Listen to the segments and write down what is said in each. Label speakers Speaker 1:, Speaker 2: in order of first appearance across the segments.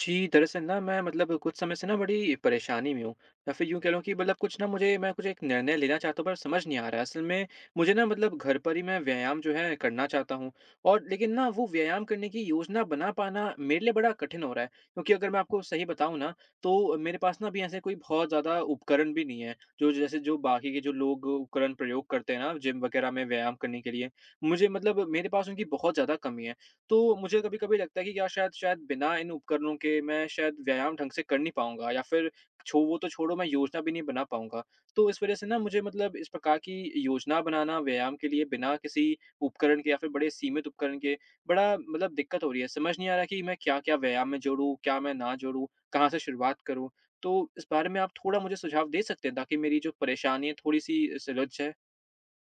Speaker 1: जी, दरअसल ना मैं मतलब कुछ समय से ना बड़ी परेशानी में हूँ या फिर यूँ कह लो कि मतलब कुछ ना मुझे मैं कुछ एक निर्णय लेना चाहता हूँ पर समझ नहीं आ रहा है। असल में मुझे ना मतलब घर पर ही मैं व्यायाम जो है करना चाहता हूँ। और लेकिन ना वो व्यायाम करने की योजना बना पाना मेरे लिए बड़ा कठिन हो रहा है, क्योंकि अगर मैं आपको सही बताऊँ ना, तो मेरे पास ना अभी ऐसे कोई बहुत ज़्यादा उपकरण भी नहीं है जो जैसे जो बाकी के जो लोग उपकरण प्रयोग करते हैं ना जिम वगैरह में व्यायाम करने के लिए। मुझे मतलब मेरे पास उनकी बहुत ज़्यादा कमी है। तो मुझे कभी-कभी लगता है कि क्या शायद शायद बिना इन उपकरणों के मैं शायद व्यायाम ढंग से कर नहीं पाऊँगा, या फिर छो वो तो छोड़ो, मैं योजना भी नहीं बना पाऊँगा। तो इस वज़ह से ना मुझे मतलब इस प्रकार की योजना बनाना व्यायाम के लिए बिना किसी उपकरण के या फिर बड़े सीमित उपकरण के बड़ा मतलब दिक्कत हो रही है। समझ नहीं आ रहा कि मैं क्या-क्या व्यायाम में जोड़ूँ, क्या मैं ना जोड़ूँ, कहाँ से शुरुआत करूँ? तो इस बारे में आप थोड़ा मुझे सुझाव दे सकते हैं ताकि मेरी जो परेशानी है थोड़ी-सी सुलझ जाए?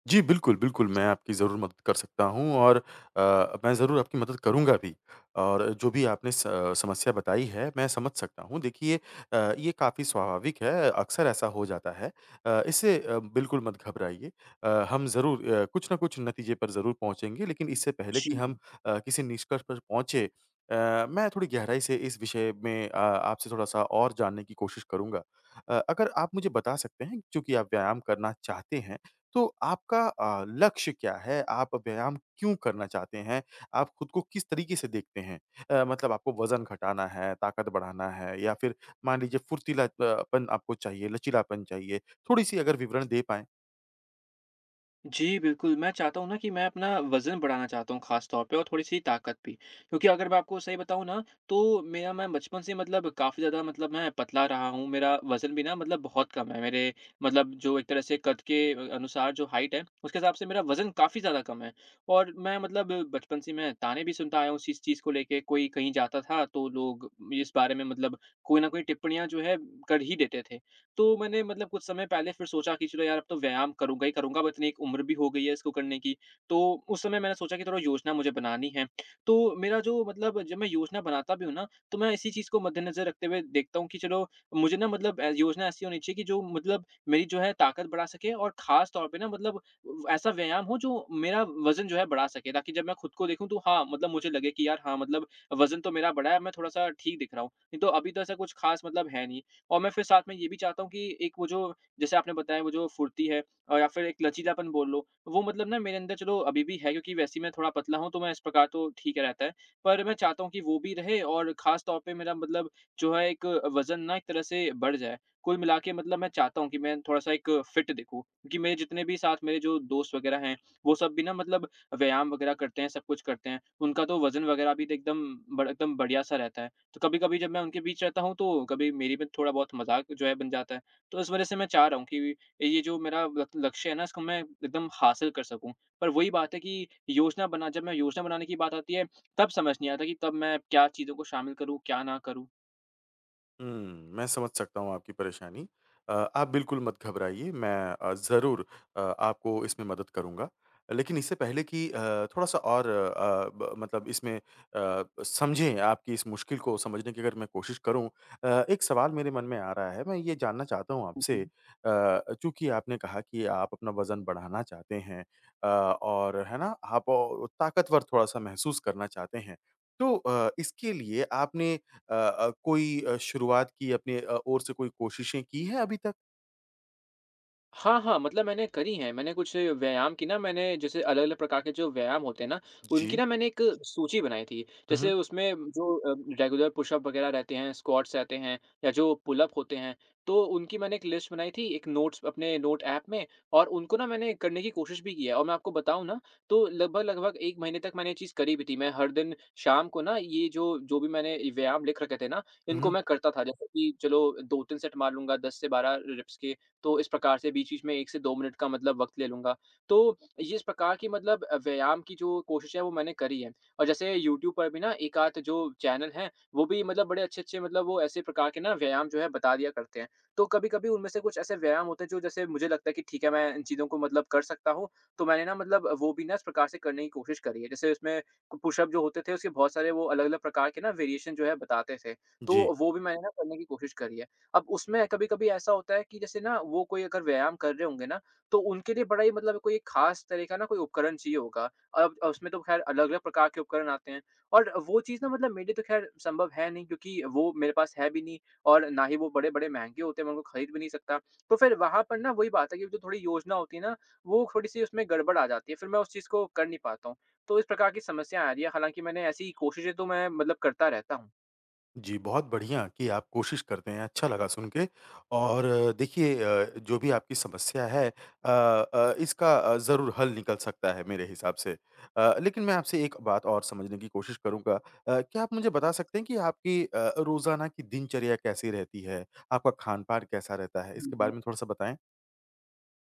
Speaker 2: जी, बिल्कुल, बिल्कुल, मैं आपकी ज़रूर मदद कर सकता हूँ और मैं ज़रूर आपकी मदद करूँगा भी और जो भी आपने स समस्या बताई है, मैं समझ सकता हूँ। देखिए ये काफ़ी स्वाभाविक है, अक्सर ऐसा हो जाता है। बिल्कुल मत घबराइए। हम ज़रूर कुछ ना कुछ नतीजे पर ज़रूर पहुँचेंगे, लेकिन इससे पहले
Speaker 1: जी।
Speaker 2: कि हम किसी निष्कर्ष पर पहुँचे अ, मैं थोड़ी गहराई से इस विषय में आपसे थोड़ा-सा और जानने की कोशिश करूँगा। अगर आप मुझे बता सकते हैं, चूँकि आप व्यायाम करना चाहते हैं तो आपका लक्ष्य क्या है? आप व्यायाम क्यों करना चाहते हैं? आप खुद को किस तरीके से देखते हैं? मतलब आपको वज़न घटाना है, ताकत बढ़ाना है या फिर मान लीजिए फुर्तीला अ, पन आपको चाहिए, लचीलापन चाहिए? थोड़ी-सी अगर विवरण दे पाएँ।
Speaker 1: जी, बिल्कुल। मैं चाहता हूँ ना कि मैं अपना वज़न बढ़ाना चाहता हूँ ख़ास तौर पे और थोड़ी-सी ताकत भी। क्योंकि अगर मैं आपको सही बताऊँ ना, तो मेरा मैं बचपन से मतलब काफ़ी ज़्यादा मतलब मैं पतला रहा हूँ। मेरा वज़न भी ना मतलब बहुत कम है। मेरे मतलब जो एक तरह से कद के अनुसार जो हाइट है, उसके हिसाब से मेरा वज़न काफ़ी ज़्यादा कम है। और मैं मतलब बचपन से मैं ताने भी सुनता आया हूँ इस चीज़ को लेके। कोई कहीं जाता था, तो लोग इस बारे में मतलब कोई ना कोई टिप्पणियाँ जो है कर ही देते थे। तो मैंने मतलब कुछ समय पहले फिर सोचा कि चलो यार अब तो व्यायाम करूँगा ही करूँगा, अब इतनी एक उम्र भी हो गई है इसको करने की। तो उस समय मैंने सोचा कि थोड़ा योजना मुझे बनानी है। तो मेरा जो मतलब जब मैं योजना बनाता भी हूँ ना, तो मैं इसी चीज़ को मद्देनज़र रखते हुए देखता हूँ कि चलो मुझे ना मतलब योजना ऐसी होनी चाहिए कि जो मतलब मेरी जो है ताकत बढ़ा सके, और ख़ास तौर पे ना मतलब व ऐसा व्यायाम हो जो मेरा वज़न जो है बढ़ा सके, ताकि जब मैं खुद को देखूँ तो हाँ, मतलब मुझे लगे कि यार हाँ, मतलब वज़न तो मेरा बढ़ा है, मैं थोड़ा-सा ठीक दिख रहा हूँ। नहीं तो अभी तो ऐसा कुछ ख़ास मतलब है नहीं। और मैं फिर साथ में ये भी चाहता हूँ कि एक वो जो जैसे आपने बताया वो जो फुर्ती है या फिर एक लचीलापन बोल लो, वो मतलब ना मेरे अंदर चलो अभी भी है, क्योंकि वैसे ही मैं थोड़ा पतला हूँ, तो मैं इस प्रकार तो ठीक है रहता है। पर मैं चाहता हूँ कि वो भी रहे, और ख़ास तौर पे मेरा मतलब जो है एक वज़न ना एक तरह से बढ़ जाए। कुल मिला के मतलब मैं चाहता हूँ कि मैं थोड़ा-सा एक फिट दिखूँ, क्योंकि मेरे जितने भी साथ मेरे जो दोस्त वग़ैरह हैं, वो सब भी ना मतलब व्यायाम वग़ैरह करते हैं, सब कुछ करते हैं। उनका तो वज़न वग़ैरह भी तो एकदम बड़ एकदम बढ़िया-सा रहता है। तो कभी-कभी जब मैं उनके बीच रहता हूँ, तो कभी मेरी भी थोड़ा बहुत मज़ाक जो है बन जाता है। तो इस वज़ह से मैं चाह रहा हूँ कि ये जो मेरा ल लक्ष्य है ना, इसको मैं एकदम हासिल कर सकूँ। पर वही बात है कि योजना बना जब मैं योजना बनाने की बात आती है, तब समझ नहीं आता कि तब मैं क्या चीज़ों को शामिल करूँ, क्या ना करूँ?
Speaker 2: हुँ, मैं समझ सकता हूँ आपकी परेशानी। आप बिल्कुल मत घबराइए, मैं ज़रूर आपको इसमें मदद करूँगा। लेकिन इससे पहले कि थोड़ा-सा और अ, अ, ब मतलब इसमें समझें आपकी इस मुश्किल को समझने की अगर मैं कोशिश करूँ, एक सवाल मेरे मन में आ रहा है, मैं ये जानना चाहता हूँ आपसे, चूँकि आपने कहा कि आप अपना वज़न बढ़ाना चाहते हैं, और है ना? आप औ ताकतवर थोड़ा-सा महसूस करना चाहते हैं। तो इसके लिए आपने कोई शुरुआत की अपने ओर से कोई कोशिशें की हैं अभी तक?
Speaker 1: हाँ, हाँ, मतलब मैंने करी हैं। मैंने कुछ व्यायाम की ना मैंने जैसे अलग-अलग प्रकार के जो व्यायाम होते हैं ना, उनकी
Speaker 2: जी।
Speaker 1: ना मैंने एक सूची बनाई थी।
Speaker 2: हुँ,
Speaker 1: जैसे
Speaker 2: हुँ।
Speaker 1: उसमें जो रेगुलर पुशअप वगैरह रहते हैं, स्क्वाट्स रहते हैं या जो पुलअप होते हैं, तो उनकी मैंने एक लिस्ट बनाई थी एक नोट्स अपने नोट ऐप में, और उनको ना मैंने करने की कोशिश भी की है। और मैं आपको बताऊँ ना, तो लगभग-लगभग 1 महीने तक मैंने ये चीज़ करी भी थी। मैं हर दिन शाम को ना ये जो जो भी मैंने व्यायाम लिख रखे थे ना,
Speaker 2: हुँ,
Speaker 1: इनको
Speaker 2: हुँ।
Speaker 1: मैं करता था। जैसे कि चलो 2-3 सेट मार लूँगा 10 से 12 रिप्स के, तो इस प्रकार से बीच-बीच में 1 से 2 मिनट का मतलब वक़्त ले लूँगा। तो ये इस प्रकार की मतलब व्यायाम की जो कोशिश है वो मैंने करी है। और जैसे यूट्यूब पर भी ना एक-आध जो चैनल हैं, वो भी मतलब बड़े अच्छे-अच्छे मतलब वो ऐसे प्रकार के ना व्यायाम जो है बता दिया करते हैं। तो कभी-कभी उनमें से कुछ ऐसे व्यायाम होते हैं जो जैसे मुझे लगता है कि ठीक है, मैं इन चीज़ों को मतलब कर सकता हूँ। तो मैंने ना मतलब वो भी ना इस प्रकार से करने की कोशिश करी है। जैसे उसमें पुशअप जो होते थे उसके बहुत सारे वो अलग-अलग प्रकार के ना वेरिएशन जो है बताते थे। तो
Speaker 2: जी।
Speaker 1: वो भी मैंने ना करने की कोशिश करी है। अब उसमें कभी-कभी ऐसा होता है कि जैसे ना वो कोई अगर व्यायाम कर रहे होंगे ना, तो उनके लिए बड़ा ही मतलब कोई एक खास तरह का ना कोई उपकरण चाहिए होगा। अब उसमें तो ख़ैर अलग-अलग प्रकार के उपकरण आते हैं और वो चीज़ ना मतलब मेरे लिए तो ख़ैर संभव है नहीं, क्योंकि वो मेरे पास है भी नहीं और ना ही वो बड़े-बड़े महँगे होते हैं, मैं उनको खरीद भी नहीं सकता। तो फ़िर वहाँ पर ना वही बात है कि जो थोड़ी योजना होती है ना, वो थोड़ी-सी उसमें गड़बड़ आ जाती है, फ़िर मैं उस चीज़ को कर नहीं पाता हूँ। तो इस प्रकार की समस्या आ रही है, हालाँकि मैंने ऐसी कोशिशें तो मैं मतलब करता रहता हूँ।
Speaker 2: जी, बहुत बढ़िया कि आप कोशिश करते हैं, अच्छा लगा सुन के और देखिए, जो भी आपकी समस्या है इसका ज़रूर हल निकल सकता है मेरे हिसाब से। लेकिन मैं आपसे एक बात और समझने की कोशिश करूँगा। क्या आप मुझे बता सकते हैं कि आपकी रोज़ाना की दिनचर्या कैसी रहती है? आपका खान-पान कैसा रहता है?
Speaker 1: हुँ,
Speaker 2: इसके बारे
Speaker 1: हुँ।
Speaker 2: में थोड़ा-सा बताएँ?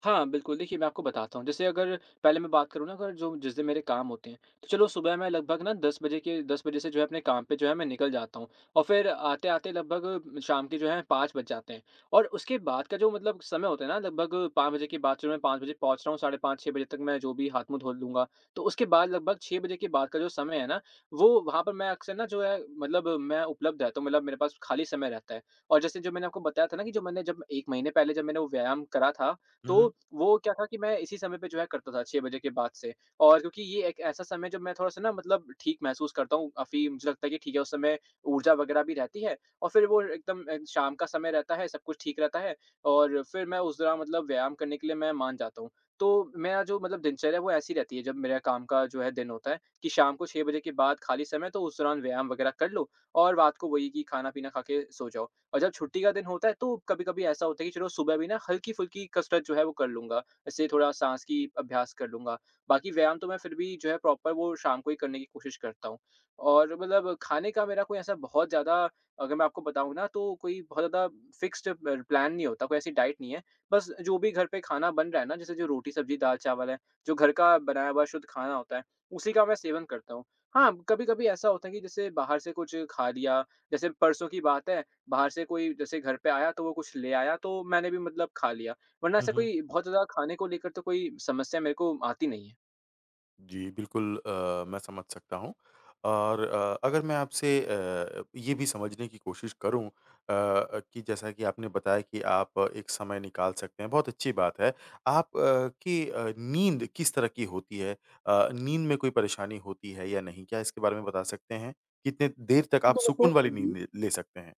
Speaker 1: हाँ, बिल्कुल, देखिए मैं आपको बताता हूँ। जैसे अगर पहले मैं बात करूँ ना, अगर जो जिस दिन मेरे काम होते हैं, तो चलो सुबह मैं लगभग ना 10 बजे के 10 बजे से जो है अपने काम पे जो है मैं निकल जाता हूँ, और फिर आते-आते लगभग शाम के जो है 5 बज जाते हैं, और उसके बाद का जो मतलब समय होता है ना लगभग 5 बजे के बाद, जो मैं 5 बजे पहुँच रहा हूँ, साढ़े 5 6 बजे तक मैं जो भी हाथ-मुँह धो लूँगा, तो उसके बाद लगभग 6 बजे के बाद का जो समय है ना, वो वहाँ पर मैं अक्सर ना जो है मतलब मैं उपलब्ध रहता हूँ, मतलब मेरे पास खाली समय रहता है। और जैसे जो मैंने आपको बताया था ना कि जो मैंने जब 1 महीने पहले जब मैंने वो व्यायाम करा था,
Speaker 2: हुँ, हुँ।
Speaker 1: तो वो क्या था कि मैं इसी समय पे जो है करता था, 6 बजे के बाद से। और क्योंकि ये एक ऐसा समय जब मैं थोड़ा-सा ना मतलब ठीक महसूस करता हूँ, काफ़ी मुझे लगता है कि ठीक है, उस समय ऊर्जा वगैरह भी रहती है, और फिर वो एकदम शाम का समय रहता है, सब कुछ ठीक रहता है और फिर मैं उस दौरान मतलब व्यायाम करने के लिए मैं मान जाता हूँ। तो मेरा जो मतलब दिनचर्या वो ऐसी रहती है जब मेरा काम का जो है दिन होता है कि शाम को 6 बजे के बाद खाली समय, तो उस दौरान व्यायाम वगैरह कर लो और रात को वही कि खाना-पीना खा के सो जाओ। और जब छुट्टी का दिन होता है तो कभी-कभी ऐसा होता है कि चलो सुबह भी ना हल्की-फुल्की कसरत जो है वो कर लूँगा। जैसे थोड़ा साँस की अभ्यास कर लूँगा। बाकी व्यायाम तो मैं फिर भी जो है प्रॉपर वो शाम को ही करने की कोशिश करता हूँ। और मतलब खाने का मेरा कोई ऐसा बहुत ज़्यादा, अगर मैं आपको बताऊँ ना, तो कोई बहुत ज़्यादा फ़िक्स्ड ब प्लान नहीं होता, कोई ऐसी डाइट नहीं है। बस जो भी घर पे खाना बन रहा है ना, जैसे जो रोटी, सब्ज़ी, दाल-चावल है, जो घर का बनाया हुआ शुद्ध खाना होता है, उसी का मैं सेवन करता हूँ। हाँ, कभी-कभी ऐसा होता है कि जैसे बाहर से कुछ खा लिया, जैसे परसों की बात है, बाहर से कोई जैसे घर पे आया तो वो कुछ ले आया, तो मैंने भी मतलब खा लिया। वरना
Speaker 2: हुँ,
Speaker 1: ऐसा
Speaker 2: हुँ।
Speaker 1: कोई बहुत ज़्यादा खाने को लेकर तो कोई समस्या मेरे को आती नहीं
Speaker 2: जी, बिल्कुल, मैं समझ सकता हूँ और, अगर मैं आपसे ये भी समझने की कोशिश करूँ, कि जैसा कि आपने बताया कि आप एक समय निकाल सकते हैं, बहुत अच्छी बात है। आप अ, की अ, नींद किस तरह की होती है? नींद में कोई परेशानी होती है या नहीं? क्या इसके बारे में बता सकते हैं? कितने देर तक आप सुकून वाली
Speaker 1: है।
Speaker 2: नींद ले ले सकते हैं?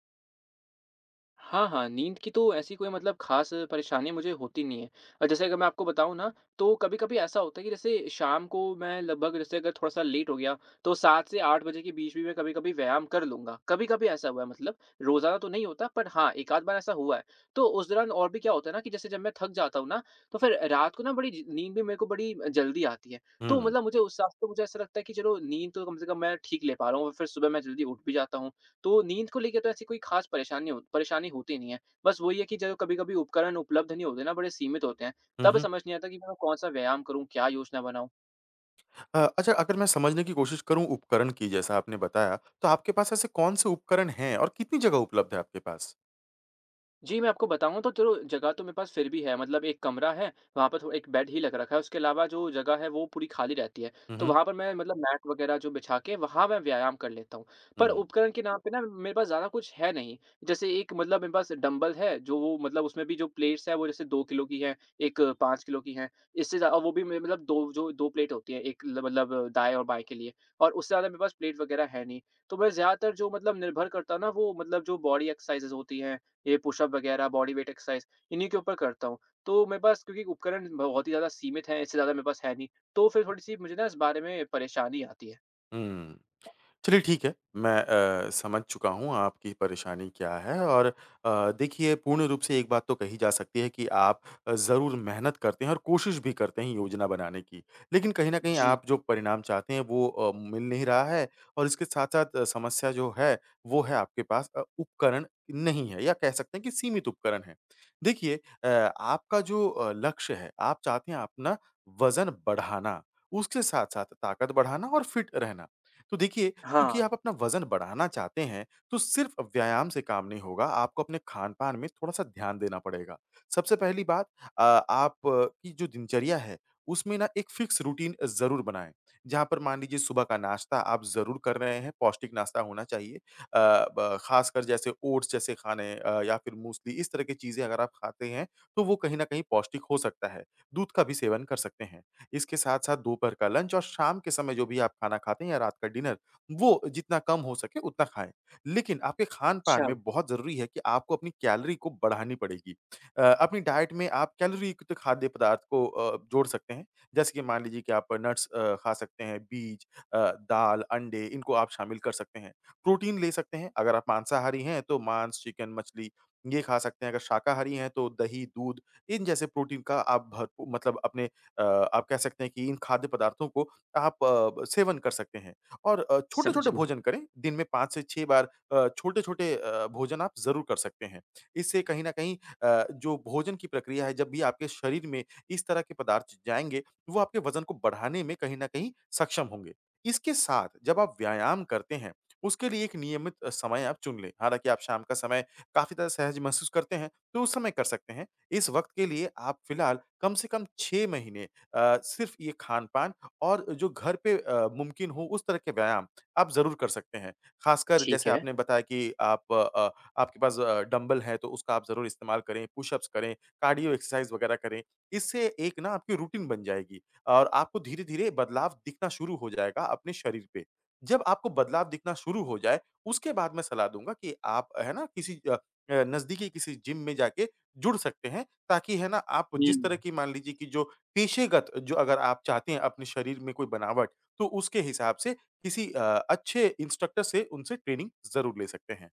Speaker 1: हाँ, हाँ, नींद की तो ऐसी कोई मतलब ख़ास परेशानी मुझे होती नहीं है। और जैसे अगर मैं आपको बताऊँ ना, तो कभी-कभी ऐसा होता है कि जैसे शाम को मैं लगभग जैसे अगर थोड़ा-सा लेट हो गया, तो 7 से 8 बजे के बीच भी मैं कभी-कभी व्यायाम कर लूँगा। कभी-कभी ऐसा हुआ है मतलब, रोज़ाना तो नहीं होता पर हाँ, एक आध बार ऐसा हुआ है। तो उस दौरान और भी क्या होता है ना कि जैसे जब मैं थक जाता हूँ ना, तो फिर रात को ना बड़ी ज नींद भी मेरे को बड़ी जल्दी आती है। तो
Speaker 2: हुँ।
Speaker 1: मतलब मुझे उस हिसाब से तो मुझे ऐसा लगता है कि चलो नींद तो कम से कम मैं ठीक ले पा रहा हूँ, और फिर सुबह मैं जल्दी उठ भी जाता हूँ। तो नींद को लेके तो ऐसी कोई ख़ास परेशानी होती नहीं है। बस वही है कि जो कभी-कभी उपकरण उपलब्ध नहीं होते ना, बड़े सीमित होते हैं,
Speaker 2: हुँ,
Speaker 1: तब
Speaker 2: हुँ।
Speaker 1: समझ नहीं आता कि मैं कौन-सा व्यायाम करूँ, क्या योजना बनाऊँ?
Speaker 2: अच्छा अगर मैं समझने की कोशिश करूँ उपकरण की जैसा आपने बताया, तो आपके पास ऐसे कौन से उपकरण हैं और कितनी जगह उपलब्ध है आपके पास?
Speaker 1: जी, मैं आपको बताऊँ तो चलो जगह तो मेरे पास फिर भी है, मतलब एक कमरा है, वहाँ पर थो एक बेड ही लग रखा है, उसके अलावा जो जगह है वो पूरी खाली रहती है। तो वहाँ पर मैं मतलब मैट वगैरह जो बिछा के वहाँ मैं व्यायाम कर लेता हूँ। पर
Speaker 2: हुँ,
Speaker 1: उपकरण के नाम पे ना मेरे पास ज़्यादा कुछ है नहीं। जैसे एक मतलब मेरे पास डंबल है, जो वो मतलब उसमें भी जो प्लेट्स हैं वो जैसे 2 किलो की हैं, एक 5 किलो की हैं। इससे ज़्या और वो भी मे मतलब 2 जो 2 प्लेट होती है, एक ल मतलब दाएँ और बाएँ के लिए, और उससे ज़्यादा मेरे पास प्लेट वगैरह है नहीं। तो मैं ज़्यादातर जो मतलब निर्भर करता हूँ ना वो मतलब जो बॉडी एक्सरसाइज़ेज़ होती हैं, ये पुशअप वगैरह, बॉडी वेट एक्सरसाइज़, इन्हीं के ऊपर करता हूँ। तो मेरे पास क्योंकि उपकरण बहुत ही ज़्यादा सीमित हैं, इससे ज़्यादा मेरे पास है नहीं, तो फिर थोड़ी-सी मुझे ना इस बारे में परेशानी आती है।
Speaker 2: हुँ। चलिए ठीक है, मैं समझ चुका हूँ आपकी परेशानी क्या है और, देखिए पूर्ण रूप से एक बात तो कही जा सकती है कि आप ज़रूर मेहनत करते हैं और कोशिश भी करते हैं योजना बनाने की। लेकिन कहीं न कहीं
Speaker 1: जी।
Speaker 2: आप जो परिणाम चाहते हैं वो मिल नहीं रहा है और इसके साथ-साथ समस्या जो है, वो है आपके पास उपकरण नहीं है या कह सकते हैं कि सीमित उपकरण हैं। देखिए आपका जो लक्ष्य है, आप चाहते हैं अपना वज़न बढ़ाना, उसके साथ-साथ ताकत बढ़ाना और फिट रहना। तो देखिए
Speaker 1: हाँ,
Speaker 2: क्योंकि आप अपना वज़न बढ़ाना चाहते हैं, तो सिर्फ़ व्यायाम से काम नहीं होगा, आपको अपने खान-पान में थोड़ा-सा ध्यान देना पड़ेगा। सबसे पहली बात अ, आप अ, की जो दिनचर्या है, उसमें ना एक फ़िक्स रूटीन ज़रूर बनाएँ, जहाँ पर मान लीजिए सुबह का नाश्ता आप ज़रूर कर रहे हैं, पौष्टिक नाश्ता होना चाहिए। अ, ब ख़ासकर जैसे ओट्स जैसे खाने या फिर मूसली, इस तरह की चीज़ें अगर आप खाते हैं, तो वो कहीं न कहीं पौष्टिक हो सकता है। दूध का भी सेवन कर सकते हैं। इसके साथ-साथ दोपहर का लंच और शाम के समय जो भी आप खाना खाते हैं या रात का डिनर, वो जितना कम हो सके उतना खाएँ। लेकिन आपके खान-पान
Speaker 1: अच्छा,
Speaker 2: में बहुत ज़रूरी है कि आपको अपनी कैलोरी को बढ़ानी पड़ेगी। अपनी डाइट में आप कैलोरीयुक्त खाद्य पदार्थ को जोड़ सकते हैं। जैसे कि मान लीजिए कि आप नट्स खा सकते हैं, बीज अ, दाल, अंडे इनको आप शामिल कर सकते हैं। प्रोटीन ले सकते हैं, अगर आप मांसाहारी हैं तो मांस, चिकन, मछली ये खा सकते हैं। अगर शाकाहारी हैं तो दही, दूध इन जैसे प्रोटीन का आप भरपू मतलब अपने आप कह सकते हैं कि इन खाद्य पदार्थों को आप सेवन कर सकते हैं। और
Speaker 1: समझ
Speaker 2: छोटे-छोटे
Speaker 1: गया।
Speaker 2: भोजन करें, दिन में 5 से 6 बार छोटे-छोटे भोजन आप ज़रूर कर सकते हैं। इससे कहीं न कहीं जो भोजन की प्रक्रिया है, जब भी आपके शरीर में इस तरह के पदार्थ जाएँगे, वो आपके वज़न को बढ़ाने में कहीं न कहीं सक्षम होंगे। इसके साथ जब आप व्यायाम करते हैं, उसके लिए एक नियमित समय आप चुन लें। हालाँकि आप शाम का समय काफ़ी ज़्यादा सहज महसूस करते हैं, तो उस समय कर सकते हैं। इस वक़्त के लिए आप फ़िलहाल कम से कम 6 महीने सिर्फ़ ये खान-पान और जो घर पे मुमकिन हो उस तरह के व्यायाम आप ज़रूर कर सकते हैं। ख़ासकर
Speaker 1: ठीक
Speaker 2: जैसे
Speaker 1: है।
Speaker 2: आपने बताया कि आप आपके पास डंबल है तो उसका आप ज़रूर इस्तेमाल करें, पुशअप्स करें, कार्डियो एक्सरसाइज़ वग़ैरह करें। इससे एक ना आपकी रूटीन बन जाएगी और आपको धीरे-धीरे बदलाव दिखना शुरू हो जाएगा अपने शरीर पे। जब आपको बदलाव दिखना शुरू हो जाए, उसके बाद मैं सलाह दूँगा कि आप है ना किसी नज़दीकी किसी जिम में जाके जुड़ सकते हैं ताकि है ना आप जिस
Speaker 1: हुँ।
Speaker 2: तरह की मान लीजिए कि जो पेशेगत जो अगर आप चाहते हैं अपने शरीर में कोई बनावट, तो उसके हिसाब से किसी अच्छे इंस्ट्रक्टर से उनसे ट्रेनिंग ज़रूर ले सकते हैं।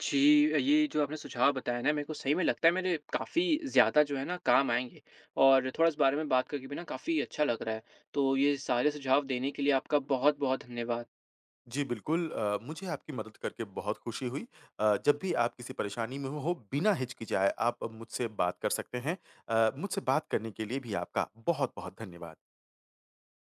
Speaker 1: जी, ये जो आपने सुझाव बताया ना, मेरे को सही में लगता है मेरे काफ़ी ज़्यादा जो है ना काम आएँगे, और थोड़ा इस बारे में बात करके भी ना काफ़ी अच्छा लग रहा है। तो ये सारे सुझाव देने के लिए आपका बहुत-बहुत धन्यवाद।
Speaker 2: जी बिल्कुल, मुझे आपकी मदद करके बहुत खुशी हुई। जब भी आप किसी परेशानी में हो बिना हिचकिचाए आप मुझसे बात कर सकते हैं। मुझसे बात करने के लिए भी आपका बहुत-बहुत धन्यवाद।